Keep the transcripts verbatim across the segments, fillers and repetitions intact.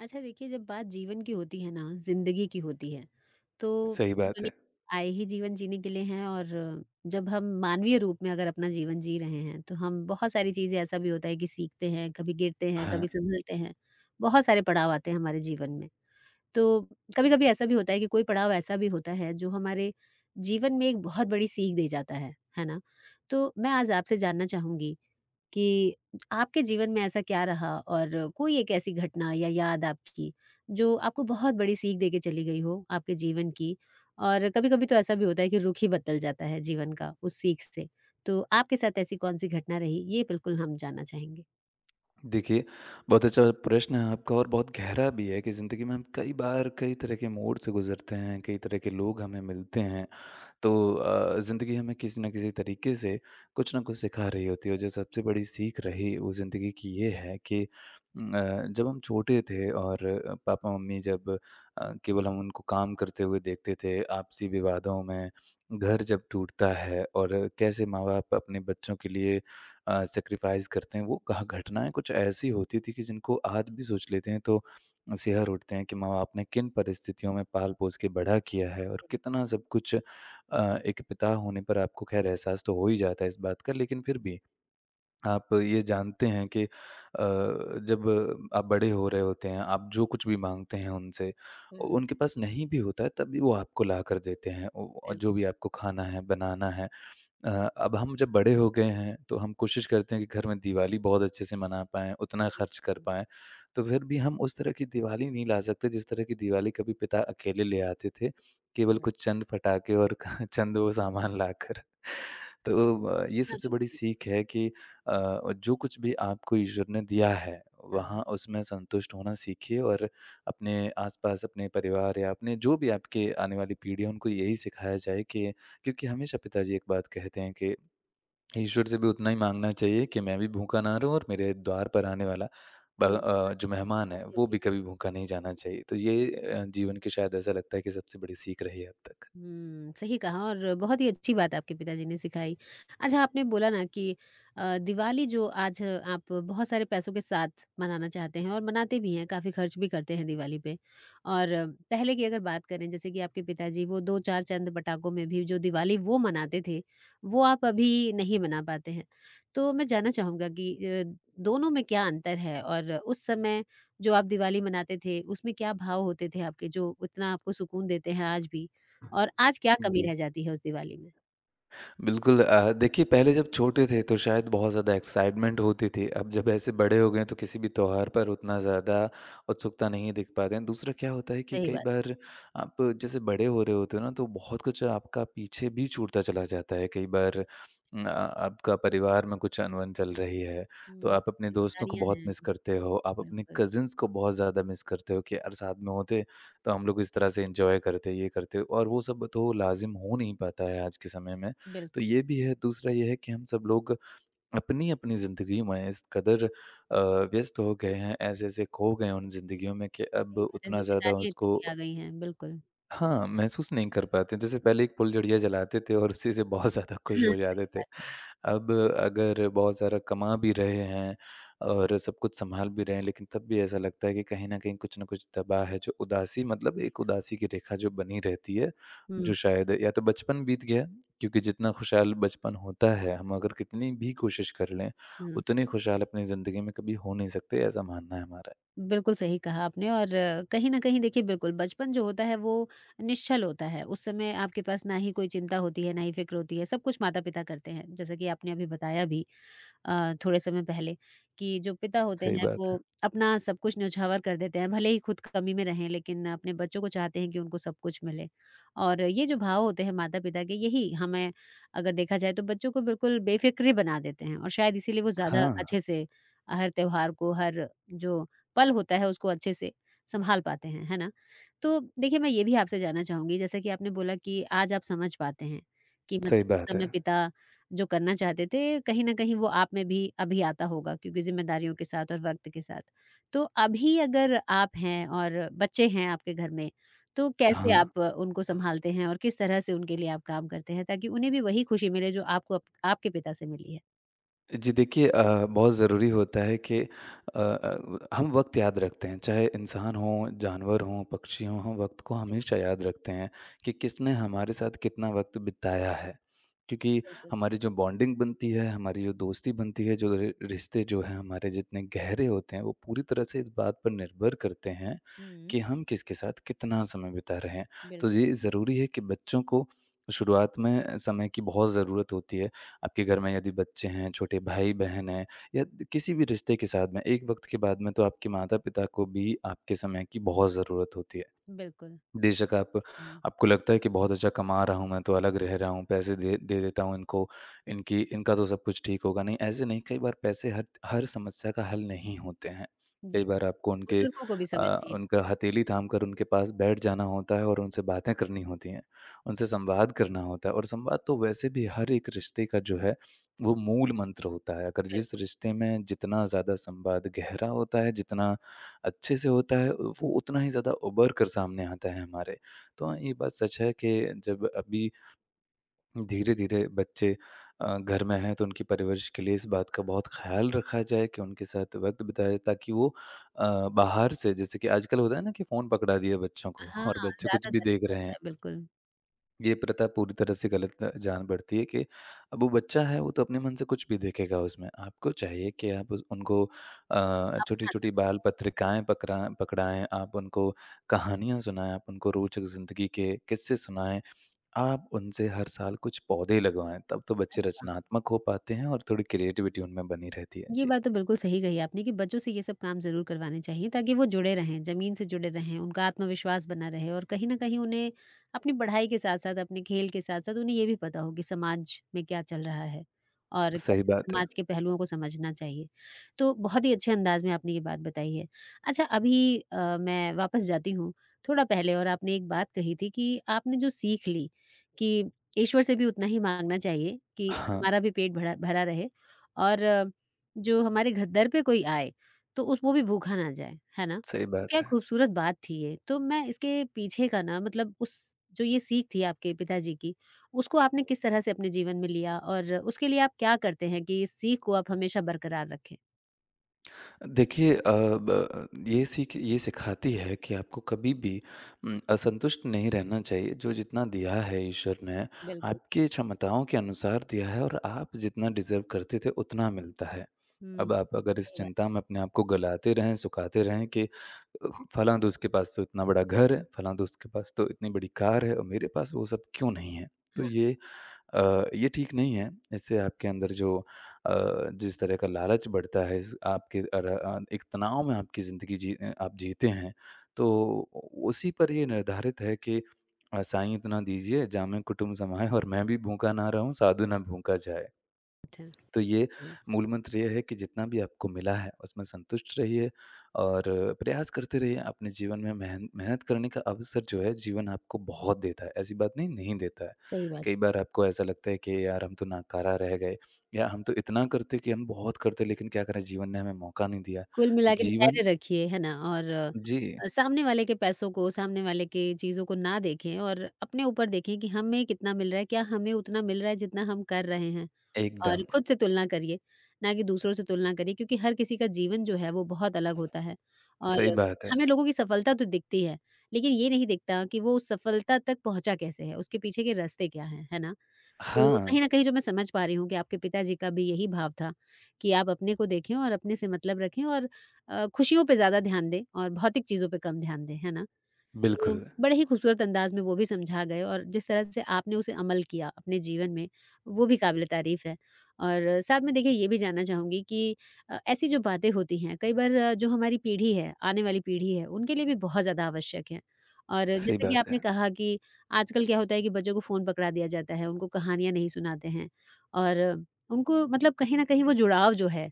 अच्छा देखिए जब बात जीवन की होती है ना, ज़िंदगी की होती है, तो सही इस बात दुनिया है। में आए ही जीवन जीने के लिए हैं। और जब हम मानवीय रूप में अगर अपना जीवन जी रहे हैं, तो हम बहुत सारी चीज़ें ऐसा भी होता है कि सीखते हैं, कभी गिरते हैं, हाँ, कभी संभलते हैं। बहुत सारे पड़ाव आते हैं हमारे जीवन में। तो कभी-कभी ऐसा भी होता है कि कोई पड़ाव ऐसा भी होता है जो हमारे जीवन में एक बहुत बड़ी सीख दे जाता है, है ना? तो मैं आज आपसे जानना चाहूँगी कि आपके जीवन में ऐसा क्या रहा और कोई एक ऐसी घटना या याद आपकी जो आपको बहुत बड़ी सीख दे के चली गई हो आपके जीवन की। और कभी-कभी तो ऐसा भी होता है कि रुख ही बदल जाता है जीवन का उस सीख से। तो आपके साथ ऐसी कौन-सी घटना रही ये बिल्कुल हम जानना चाहेंगे। देखिए बहुत अच्छा प्रश्न है आपका और बहुत गहरा भी है कि ज़िंदगी में हम कई बार कई तरह के मोड़ से गुज़रते हैं, कई तरह के लोग हमें मिलते हैं। तो अ, ज़िंदगी हमें किसी न किसी तरीके से कुछ ना कुछ सिखा रही होती है और जो सबसे बड़ी सीख रही वो ज़िंदगी की ये है कि उम, अ, जब हम छोटे थे और अ, पापा मम्मी जब अ, केवल हम उनको काम करते हुए देखते थे, आपसी विवादों में घर जब टूटता है और कैसे माँ-बाप अपने बच्चों के लिए अ, सैक्रिफ़ाइस करते हैं, वो कहा घटनाएँ कुछ ऐसी होती थी कि जिनको आज भी सोच लेते हैं तो सिहर उठते हैं कि माँ-बाप ने किन परिस्थितियों में पाल-पोस के बड़ा किया है और कितना सब कुछ अ, एक पिता होने पर आपको खैर एहसास तो हो ही जाता है इस बात का, लेकिन फिर भी आप ये जानते हैं कि अ, जब आप बड़े हो रहे होते हैं, आप जो कुछ भी माँगते हैं उनसे, हुँ। उनके पास नहीं भी होता है, तब भी वो आपको ला कर देते हैं। ओ, जो बिल्कुल, भी आपको खाना है, बनाना है। अ, अब हम जब बड़े हो गए हैं तो हम कोशिश करते हैं कि घर में दिवाली बहुत अच्छे से मना पाएँ, उतना सही खर्च बात कर है। पाएँ। तो फिर भी हम उस तरह की दिवाली नहीं ला सकते जिस तरह की दिवाली कभी पिता अकेले ले आते थे, केवल और कुछ चंद पटाखे और चंद वो सामान लाकर। तो अ, ये खुशियाँ सबसे जो बड़ी मिली थी उस सीख है कि सबको। अ, जो कुछ भी आपको ईश्वर ने दिया है, हाँ, वहाँ उसमें संतुष्ट होना सीखिए और अपने आस-पास अपने परिवार या अपने जो भी आपके आने वाली पीढ़ी है उनको यही सिखाया जाए कि क्योंकि हमेशा पिताजी एक बात कहते हैं कि ईश्वर से भी उतना ही मांगना चाहिए कि मैं भी भूखा ना रहूं और मेरे द्वार पर आने वाला ब- कोई इंसान अ, जो मेहमान है बहुत ही वो अच्छी भी सोच कभी भूखा नहीं जाना थी। चाहिए। तो ये अ, जीवन के शायद ऐसा लगता है कि सबसे बड़ी सीख रही है अब तक। हुँ, सही कहा और बहुत ही अच्छी बात आपके पिताजी ने सिखाई। अच्छा आपने बोला ना कि अ, दिवाली जो आज आप बहुत सारे पैसों के साथ मनाना चाहते हैं और मनाते भी हैं, काफ़ी खर्च भी करते हैं दिवाली पे। और अ, पहले की अगर बात करें जैसे कि आपके पिताजी वो दो चार चंद पटाखों में भी जो दिवाली वो मनाते थे, वो आप अभी नहीं मना पाते हैं। तो मैं जानना चाहूँगा कि अ, दोनों में क्या अंतर है और उस समय जो आप दिवाली मनाते थे, उसमें क्या भाव होते थे आपके जो इतना आपको सुकून देते हैं आज भी? और आज क्या कमी जी रह जाती है उस दिवाली में? बिल्कुल। अ, देखिए पहले जब छोटे थे तो शायद बहुत ज़्यादा एक्साइटमेंट होती थी। अब जब ऐसे बड़े हो गए हैं तो किसी भी त्योहार पर उतना ज़्यादा उत्सुकता नहीं दिख पाते हैं। दूसरा क्या होता है कि सही कई बात। बार आप जैसे बड़े हो रहे होते हो ना तो बहुत कुछ आपका पीछे भी छूटता चला जाता है। कई बार उम, अ, आपका परिवार में कुछ अनबन चल रही है तो हुँ। आप अपने दोस्तों को ज़िम्मेदारियाँ बहुत हैं, मिस करते हो। आप अपने बिल्कुल। कज़िन्स को बहुत ज़्यादा मिस करते हो कि यार साथ में होते तो हम लोग इस तरह से एन्जॉय करते, ये करते और वो सब तो लाज़िम हो नहीं पाता है आज के समय में। बिल्क तो ये भी है, दूसरा ये है कि हम सब लोग अपनी-अपनी ज़िंदगी में इस कदर अ, व्यस्त हो गए हैं, ऐसे-ऐसे खो गए हैं उन ज़िंदगियों में कि अब सही बात है, उतना ज़्यादा ज़िम्मेदारियाँ इतनी उसको भी आ गई हैं, बिल्कुल। हाँ, हाँ, महसूस नहीं कर पाते। जैसे पहले एक पुलझड़िया जलाते थे और उसी से बहुत ज़्यादा खुश हो सही जाते थे। बात है। अब अगर बहुत ज़्यादा कमा भी रहे हैं और सब कुछ सँभाल भी रहे हैं, लेकिन तब भी ऐसा लगता है कि कहीं न कहीं कुछ न कुछ दबा है जो उदासी मतलब एक उदासी की रेखा जो बनी रहती है, हुँ। जो शायद या तो बचपन बीत गया क्योंकि जितना खुशहाल बचपन होता है, हम अगर कितनी भी कोशिश कर लें, हुँ, उतने खुशहाल अपनी ज़िंदगी में कभी हो नहीं सकते, ऐसा मानना है हमारा। बिल्कुल सही कहा आपने। और कहीं न कहीं देखिए बिल्कुल बचपन जो होता है वो निश्चल होता है, उस समय आपके पास ना ही कोई चिंता होती है, ना ही फ़िक्र होती है, सब कुछ माता-पिता करते हैं, जैसा कि आपने अभी बताया भी। अ, थोड़े समय पहले कि जो पिता होते सही हैं बात वो है। अपना सब कुछ न्योछावर कर देते हैं, भले ही खुद कमी में रहें लेकिन अपने बच्चों को चाहते हैं कि उनको सब कुछ मिले। और ये जो भाव होते हैं माता-पिता के यही हमें अगर देखा जाए तो बच्चों को बिल्कुल बेफ़िक्र बना देते हैं और शायद इसीलिए वो ज़्यादा हाँ, अच्छे से हर त्योहार को, हर जो पल होता है उसको अच्छे से सँभाल पाते हैं, है ना? तो देखिए मैं ये भी आपसे जानना चाहूँगी जैसा कि आपने बोला कि आज आप समझ पाते हैं कि सही मतलब उस बात समय है। पिता जो करना चाहते थे, कहीं न कहीं वो आप में भी अभी आता होगा क्योंकि ज़िम्मेदारियों के साथ और वक़्त के साथ। तो अभी अगर आप हैं और बच्चे हैं आपके घर में, तो कैसे हाँ। आप उनको सँभालते हैं और किस तरह से उनके लिए आप काम करते हैं ताकि उन्हें भी वही खुशी मिले जो आपको अप आपके पिता से मिली है? जी देखिए अ, बहुत ज़रूरी होता है कि अ, अ, हम वक्त याद रखते हैं चाहे इंसान हो जानवर हो पक्षी हो हम वक्त को बिल्कुल, हमेशा याद रखते हैं कि किसने हमारे साथ कितना वक्त बिताया है क्योंकि बिल्कुल। हमारी जो बॉन्डिंग बनती है हमारी जो दोस्ती बनती है जो रि- रिश्ते जो हैं हमारे जितने गहरे होते हैं वो पूरी तरह से इस बात पर निर्भर करते हैं हुँ, कि हम किसके साथ कितना समय बिता रहे हैं। बिल तो ये ज़रूरी है कि बच्चों को शुरुआत में समय की बहुत ज़रूरत होती है। आपके घर में यदि बच्चे हैं, छोटे भाई-बहन हैं या किसी भी रिश्ते के साथ में, एक वक़्त के बाद में तो आपके माता-पिता को भी आपके समय की बहुत ज़रूरत होती है। बिल्कुल। बेशक आप हुँ। आपको लगता है कि बहुत अच्छा कमा रहा हूँ मैं तो अलग रह रहा हूँ, पैसे दे दे देता हूँ इनको, इनकी इनका तो सब कुछ ठीक होगा। नहीं, ऐसे नहीं कई बार पैसे हर हर समस्या का हल नहीं होते हैं। जी, कई बार आपको उनके बुज़ुर्गों को भी समझ अ, चाहिए। उनका हथेली थाम कर उनके पास बैठ जाना होता है और उनसे बातें करनी होती हैं, उनसे संवाद करना होता है और संवाद तो वैसे भी हर एक रिश्ते का जो है वो मूल मंत्र होता है। अगर बिल जिस रिश्ते में जितना ज़्यादा संवाद गहरा होता है, जितना अच्छे से होता है, वो उतना ही ज़्यादा उभर कर सामने आता है हमारे। तो हाँ, ये बात सच है कि जब अभी धीरे-धीरे बच्चे अ, घर में हैं, तो उनकी परवरिश के लिए इस बात का बहुत ख़्याल रखा जाए कि उनके साथ वक़्त बिताए ताकि वो अ, बाहर से जैसे कि आजकल होता है ना कि फ़ोन पकड़ा दिया बच्चों को हाँ, और बच्चे कुछ भी ज़्यादातर देख ऐसा रहे होता हैं, है, बिल्कुल। ये प्रथा पूरी तरह से गलत जान पड़ती है कि अब वो बच्चा है वो तो अपने मन से कुछ भी देखेगा उसमें आपको चाहिए कि आप उस उनको छोटी अपना छोटी समय। बाल पत्रिकाएं पकड़ा पकड़ाएं। आप उनको कहानियां सुनाएं। आप उनको रोचक जिंदगी के किस्से सुनाएं। आप उनसे हर साल कुछ पौधे लगवाएं तब तो अरे बच्चे वाह! रचनात्मक हो पाते हैं और थोड़ी क्रिएटिविटी उनमें बनी रहती है। ये जी बात तो बिल्कुल सही कही आपने कि बच्चों से ये सब काम ज़रूर करवाने चाहिए ताकि वो जुड़े रहें, ज़मीन से जुड़े रहें, उनका आत्मविश्वास बना रहे और कहीं न कहीं उन्हें अपनी पढ़ाई के साथ-साथ, अपने खेल के साथ-साथ उन्हें ये भी पता हो कि समाज में क्या चल रहा है और सही कैसे बात है। समाज के पहलुओं को समझना चाहिए। तो बहुत ही अच्छे अंदाज़ में आपने ये बात बताई है। अच्छा अभी अ, मैं वापस जाती हूँ थोड़ा पहले और आपने एक बात कही थी कि आपने जो सीख ली कि ईश्वर से भी उतना ही माँगना चाहिए कि हाँ हमारा भी पेट भरा भरा रहे और जो हमारे घर पे कोई आए तो उस वो भी भूखा ना जाए, है ना? सही तो बात क्या है। खूबसूरत बात थी ये। तो मैं इसके पीछे का ना मतलब उस जो ये सीख थी आपके पिताजी की, उसको आपने किस तरह से अपने जीवन में लिया और उसके लिए आप क्या करते हैं कि इस सीख को आप हमेशा बरकरार रखें? देखिए अ, ब ये सीख ये सिखाती है कि आपको कभी भी उम, असंतुष्ट नहीं रहना चाहिए। जो जितना दिया है ईश्वर ने, बिल्कुल। आपकी क्षमताओं के अनुसार दिया है और आप जितना डिज़र्व करते थे उतना मिलता है। हुँ, अब आप अगर इस सही बात। चिंता में अपने आप को गलाते रहें, सुखाते रहें कि फलाँ दोस्त के पास तो इतना बड़ा घर है, फलाँ दोस्त के पास तो इतनी बड़ी कार है और मेरे पास वो सब क्यों नहीं है? तो हाँ, ये अ, ये ठीक नहीं है। इससे आपके अंदर जो अ, जिस तरह का लालच बढ़ता है, इस आपके अर अ, एक तनाव में आपकी ज़िंदगी जी अ, आप जीते हैं, तो उसी पर ये निर्धारित है कि अ, साईं इतना दीजिए, जामे कुटुम्ब समाए और मैं भी भूखा ना रहूँ, साधु ना भूखा जाए। बात है। तो ये सही, मूल मंत्र ये है कि जितना भी आपको मिला है, उसमें संतुष्ट रहिए और प्रयास करते रहिए। अपने जीवन में मेहन मेहनत करने का अवसर जो है, जीवन आपको बहुत देता है। ऐसी बात नहीं, नहीं देता है। सही बात। कई बार आपको ऐसा लगता है कि यार हम तो नाकारा रह गए या हम तो इतना करते कि हम बहुत करते लेकिन क्या करें जीवन ने हमें मौका नहीं दिया। कुल मिला के जीवन धैर्य रखिए, है ना? और जी, अ, सामने वाले के पैसों को, सामने वाले के चीज़ों को ना देखें और अपने ऊपर देखें कि हमें कितना मिल रहा है, क्या हमें उतना मिल रहा है जितना हम कर रहे हैं? और एकदम खुद से तुलना करिए, ना कि दूसरों से तुलना करिए क्योंकि हर किसी का जीवन जो है वो बहुत अलग होता है। और सही बात है। हमें लोगों की सफलता तो दिखती है, लेकिन ये नहीं दिखता कि वो उस सफलता तक पहुँचा कैसे है, उसके पीछे के रास्ते क्या हैं, है ना? तो हाँ, कहीं न कहीं जो मैं समझ पा रही हूँ कि आपके पिताजी का भी यही भाव था कि आप अपने को देखें और अपने से मतलब रखें और अ, खुशियों पे ज़्यादा ध्यान दें और भौतिक चीज़ों पे कम ध्यान दें, है ना? तो बिल्कुल बड़े ही खूबसूरत अंदाज में वो भी समझा गए और जिस तरह से आपने उसे अमल किया अपने जीवन में, वो भी काबिल-ए-तारीफ़ है। और साथ में देखिए ये भी जानना चाहूँगी कि अ, ऐसी जो बातें होती हैं, कई बार अ, जो हमारी पीढ़ी है, आने वाली पीढ़ी है, उनके लिए भी बहुत ज़्यादा आवश्यक है। और सही जैसे कि बात है। आपने कहा कि आजकल क्या होता है कि बच्चों को फ़ोन पकड़ा दिया जाता है, उनको कहानियाँ नहीं सुनाते हैं और उनको मतलब कहीं न कहीं वो जुड़ाव जो है,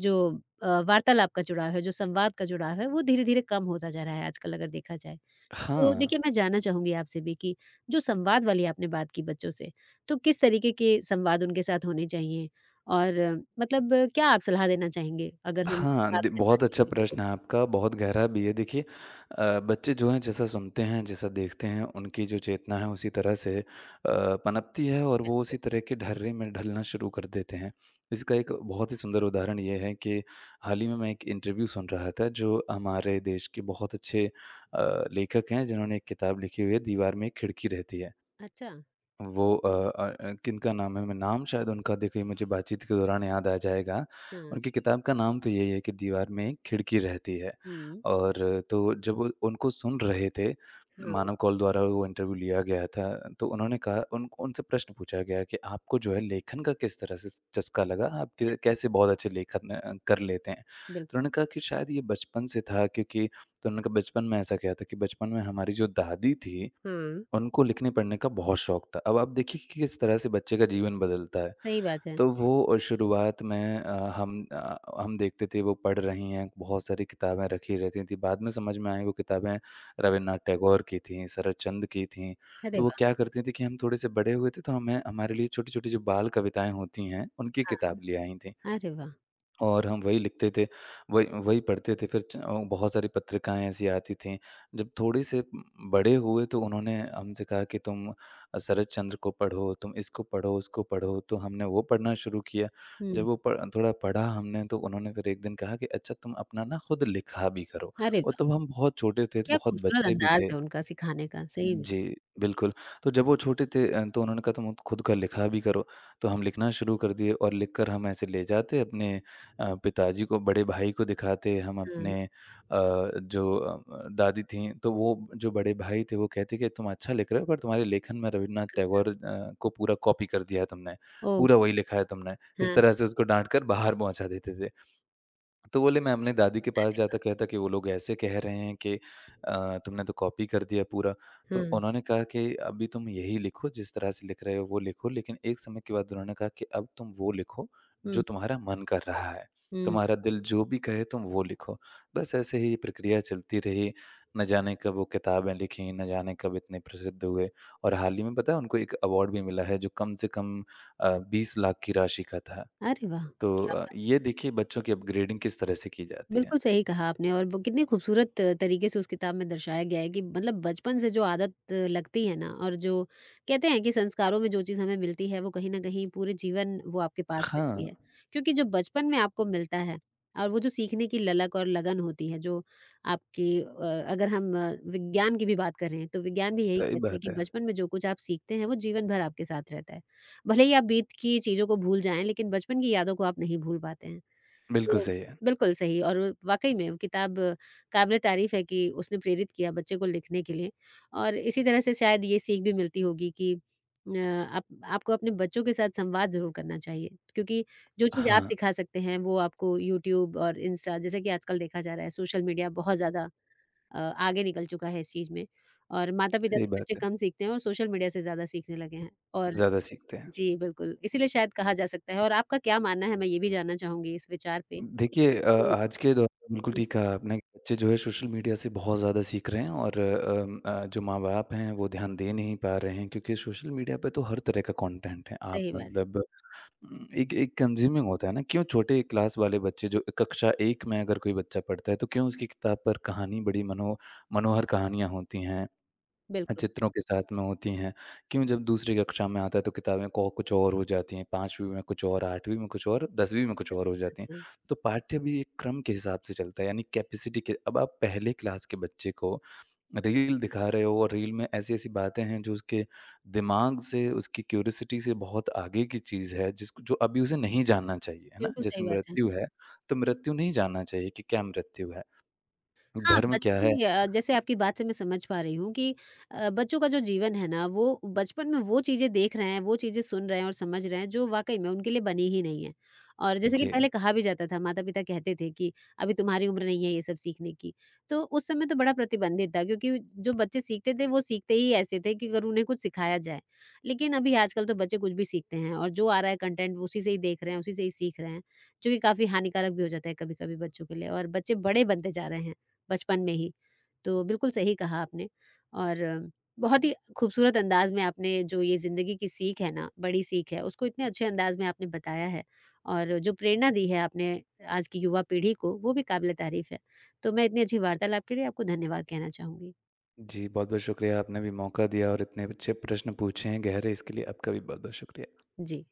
जो अ, वार्तालाप का जुड़ाव है, जो संवाद का जुड़ाव है, वो धीरे-धीरे कम होता जा रहा है आजकल अगर देखा जाए। तो हाँ। देखिए, मैं जानना चाहूँगी आपसे भी कि जो संवाद वाली आपने बात की बच्चों से, तो किस तरीके के संवाद उनके साथ होने चाहिए? और अ, मतलब अ, क्या आप सलाह देना चाहेंगे अगर हम हाँ, बात द करें आज बहुत की अच्छा पीढ़ी को? प्रश्न है आपका, बहुत गहरा भी है। देखिए अ, बच्चे जो हैं जैसा सुनते हैं, जैसा देखते हैं, उनकी जो चेतना है उसी तरह से अ, पनपती है और वो बिल्कुल। उसी तरह के ढर्रे में ढलना शुरू कर देते हैं। इसका एक बहुत ही सुंदर उदाहरण ये है कि हाल ही में मैं एक इंटरव्यू सुन रहा था जो हमारे देश के बहुत अच्छे अ, लेखक हैं जिन्होंने एक किताब लिखी हुई है, दीवार में एक खिड़की रहती है। अच्छा, वो अ अ अ, किनका नाम है? मैं नाम शायद उनका देखिए मुझे बातचीत के दौरान याद आ जाएगा। हाँ। उनकी किताब का नाम तो यही है कि दीवार में एक खिड़की रहती है। हुँ, और तो जब वो उनको सुन रहे थे, हाँ, मानव कौल द्वारा वो इंटरव्यू लिया गया था, तो उन्होंने कहा उन उनसे प्रश्न पूछा गया कि आपको जो है लेखन का किस तरह से चस्का लगा? आप क कैसे बहुत अच्छे लेखन अ, कर लेते हैं? बिल्क तो उन्होंने कहा कि शायद ये बचपन से था क्योंकि तो उन्होंने कहा बचपन में ऐसा क्या था कि बचपन में हमारी जो दादी थी, हाँ, उनको लिखने-पढ़ने का बहुत शौक था। अब आप देखिए कि किस तरह से बच्चे का जीवन बदलता है। सही बात है। तो हुँ। वो शुरुआत में अ, हम अ, हम देखते थे वो पढ़ रही हैं, बहुत सारी किताबें रखी रहती थीं। बाद में समझ में आई वो किताबें रवीन्द्रनाथ टैगोर की थीं, शरदचंद्र की थीं। अरे तो वो वाह! क्या करती थीं कि हम थोड़े से बड़े हुए थे तो हमें हमारे लिए छोटी-छोटी जो बाल कविताएँ होती हैं, उनकी किताब ले आई थीं। हाँ, अरे वाह! और हम वही लिखते थे, वही वही पढ़ते थे। फिर च अ, बहुत सारी पत्रिकाएँ ऐसी आती थीं। जब थोड़े से बड़े हुए तो उन्होंने हमसे कहा कि तुम शरत चंद्र को पढ़ो, तुम इसको पढ़ो, उसको पढ़ो, तो हमने वो पढ़ना शुरू किया। जब हुँ, वो प थोड़ा पढ़ा हमने तो उन्होंने फिर एक दिन कहा कि अच्छा तुम अपना ना खुद लिखा भी करो अरे और वाह! तब हम बहुत छोटे थे, क्या बहुत खूबसूरत बच्चे भी अंदाज़ थे। है उनका सिखाने का, सही में। जी, जी, बिल्कुल। तो जब वो छोटे थे अ, तो उन्होंने कहा तुम खुद का लिखा भी करो, तो हम लिखना शुरू कर दिए और लिखकर हम ऐसे ले जाते अपने अ, पिताजी को, बड़े भाई को दिखाते, हम हाँ। अपने अ, जो अ, दादी थीं, तो वो जो बड़े भाई थे वो कहते कि तुम अच्छा लिख रहे हो पर तुम्हारे लेखन में रवीन्द्रनाथ टैगोर अ, को पूरा कॉपी कर दिया है तुमने, ओह! पूरा वही लिखा है तुमने। इस हाँ, तरह से उसको डाँट कर बाहर पहुँचा देते थे। तो बोले मैं अपने दादी के पास जाता कहता कि वो लोग ऐसे कह रहे हैं कि अ, तुमने तो कॉपी कर दिया पूरा। तो हाँ। उन्होंने कहा कि अभी तुम यही लिखो जिस तरह से लिख रहे हो वो लिखो, लेकिन एक समय के बाद उन्होंने कहा कि अब तुम वो लिखो हुँ, जो तुम्हारा मन कर रहा है। हुँ। तुम्हारा दिल जो भी कहे तुम वो लिखो। बस ऐसे ही ये प्रक्रिया चलती रही। न जाने कब वो किताबें लिखीं, न जाने कब इतने प्रसिद्ध हुए और हाल ही में पता है उनको एक अवार्ड भी मिला है जो कम से कम अ, बीस लाख की राशि का था। अरे वाह! तो क्या अ, ये देखिए बच्चों की अपग्रेडिंग किस तरह से की जाती है। बिल्कुल सही कहा आपने। और वो कितने खूबसूरत अ, तरीके से उस किताब में दर्शाया गया है कि मतलब बचपन से जो आदत अ, लगती है ना और जो कहते हैं कि संस्कारों में जो चीज़ हमें मिलती है वो कहीं ना कहीं पूरे जीवन वो आपके पास हाँ, रहती है क्योंकि जो बचपन में आपको मिलता है और वो जो सीखने की ललक और लगन होती है जो आपकी अ, अगर हम अ, विज्ञान की भी बात करें तो विज्ञान भी यही सही कहता है बात कि है। बचपन में जो कुछ आप सीखते हैं वो जीवन भर आपके साथ रहता है भले ही आप बीत की चीज़ों को भूल जाएं लेकिन बचपन की यादों को आप नहीं भूल पाते हैं। बिल्कुल तो सही है। बिल्कुल सही और वाक़ई में वो किताब क़ाबिल-ए-तारीफ़ है कि उसने प्रेरित किया बच्चे को लिखने के लिए और इसी तरह से शायद ये सीख भी मिलती होगी कि अ, आप आपको अपने बच्चों के साथ संवाद ज़रूर करना चाहिए क्योंकि जो चीज़ आप हाँ, सिखा सकते हैं वो आपको यूट्यूब और इंस्टा जैसे कि आजकल देखा जा रहा है सोशल मीडिया बहुत ज़्यादा अ, आगे निकल चुका है इस चीज़ में और माता-पिता सही से बच्चे बात है। कम सीखते हैं और सोशल मीडिया से ज़्यादा सीखने लगे हैं। और ज़्यादा सीखते हैं। जी, बिल्कुल इसीलिए शायद कहा जा सकता है और आपका क्या मानना है मैं ये भी जानना चाहूँगी इस विचार पे देखिए अ, कि आज के दौर में बिल्कुल ठीक कहा आपने कि बच्चे जो है सोशल मीडिया से बहुत ज़्यादा सीख रहे हैं और अम, अ, जो माँ-बाप हैं वो ध्यान दे नहीं पा रहे हैं क्योंकि सोशल मीडिया पे तो हर तरह का कंटेंट है। आप सही बात, मतलब उम, एक एक कंज्यूमिंग होता है ना, क्यों छोटे क्लास वाले बच्चे जो कक्षा एक में अगर कोई बच्चा पढ़ता है तो क्यों उसकी किताब पर कहानी बड़ी मनो मनोहर कहानियाँ होती हैं। बिल्कुल, चित्रों के साथ में होती हैं। क्यों जब दूसरी कक्षा में आता है तो किताबें को कुछ और हो जाती हैं, पाँचवीं में कुछ और, आठवीं में कुछ और, दसवीं में कुछ और हो जाती हैं। सही है, तो पाठ्य भी एक क्रम के हिसाब से चलता है यानी कैपेसिटी के अब आप पहले क्लास के बच्चे को रील दिखा रहे हो और रील में ऐसी-ऐसी बातें हैं जो उसके दिमाग से, उसकी क्यूरियोसिटी से बहुत आगे की चीज़ है जिसको जो अभी उसे नहीं जानना चाहिए, है ना? बिल्कुल जैसे सही बात है। मृत्यु है, तो मृत्यु नहीं जानना चाहिए कि क्या मृत्यु है? हाँ, धर्म क्या है? बच्चे अ, जैसे आपकी बात से मैं समझ पा रही हूँ कि अ, बच्चों का जो जीवन है ना, वो बचपन में वो चीज़ें देख रहे हैं, वो चीज़ें सुन रहे हैं और समझ रहे हैं, जो वाक़ई में उनके लिए बनी ही नहीं है। और जैसे कि जी। पहले कहा भी जाता था, माता-पिता कहते थे कि, "अभी तुम्हारी उम्र नहीं है ये सब सीखने की।" तो उस समय तो बड़ा प्रतिबंधित था क्योंकि जो बच्चे सीखते थे, वो सीखते ही ऐसे थे कि अगर उन्हें कुछ सिखाया जाए। लेकिन अभी आजकल तो बच्चे कुछ भी सीखते हैं और जो आ रहा है कंटेंट, उसी से ही देख रहे हैं, उसी से ही सीख रहे हैं, जो कि काफ़ी हानिकारक भी हो जाता है कभी-कभी बच्चों के लिए और बच्चे बड़े बनते जा रहे हैं। बचपन में ही। तो बिल्कुल सही कहा आपने और बहुत ही खूबसूरत अंदाज़ में आपने जो ये ज़िंदगी की सीख है ना, बड़ी सीख है, उसको इतने अच्छे अंदाज़ में आपने बताया है और जो प्रेरणा दी है आपने आज की युवा पीढ़ी को, वो भी काबिल-ए-तारीफ़ है। तो मैं इतनी अच्छी वार्तालाप के लिए आपको धन्यवाद कहना चाहूँगी। जी, बहुत-बहुत शुक्रिया, आपने भी मौका दिया और इतने अच्छे प्रश्न पूछे हैं गहरे इसके लिए आपका भी बहुत-बहुत शुक्रिया। जी।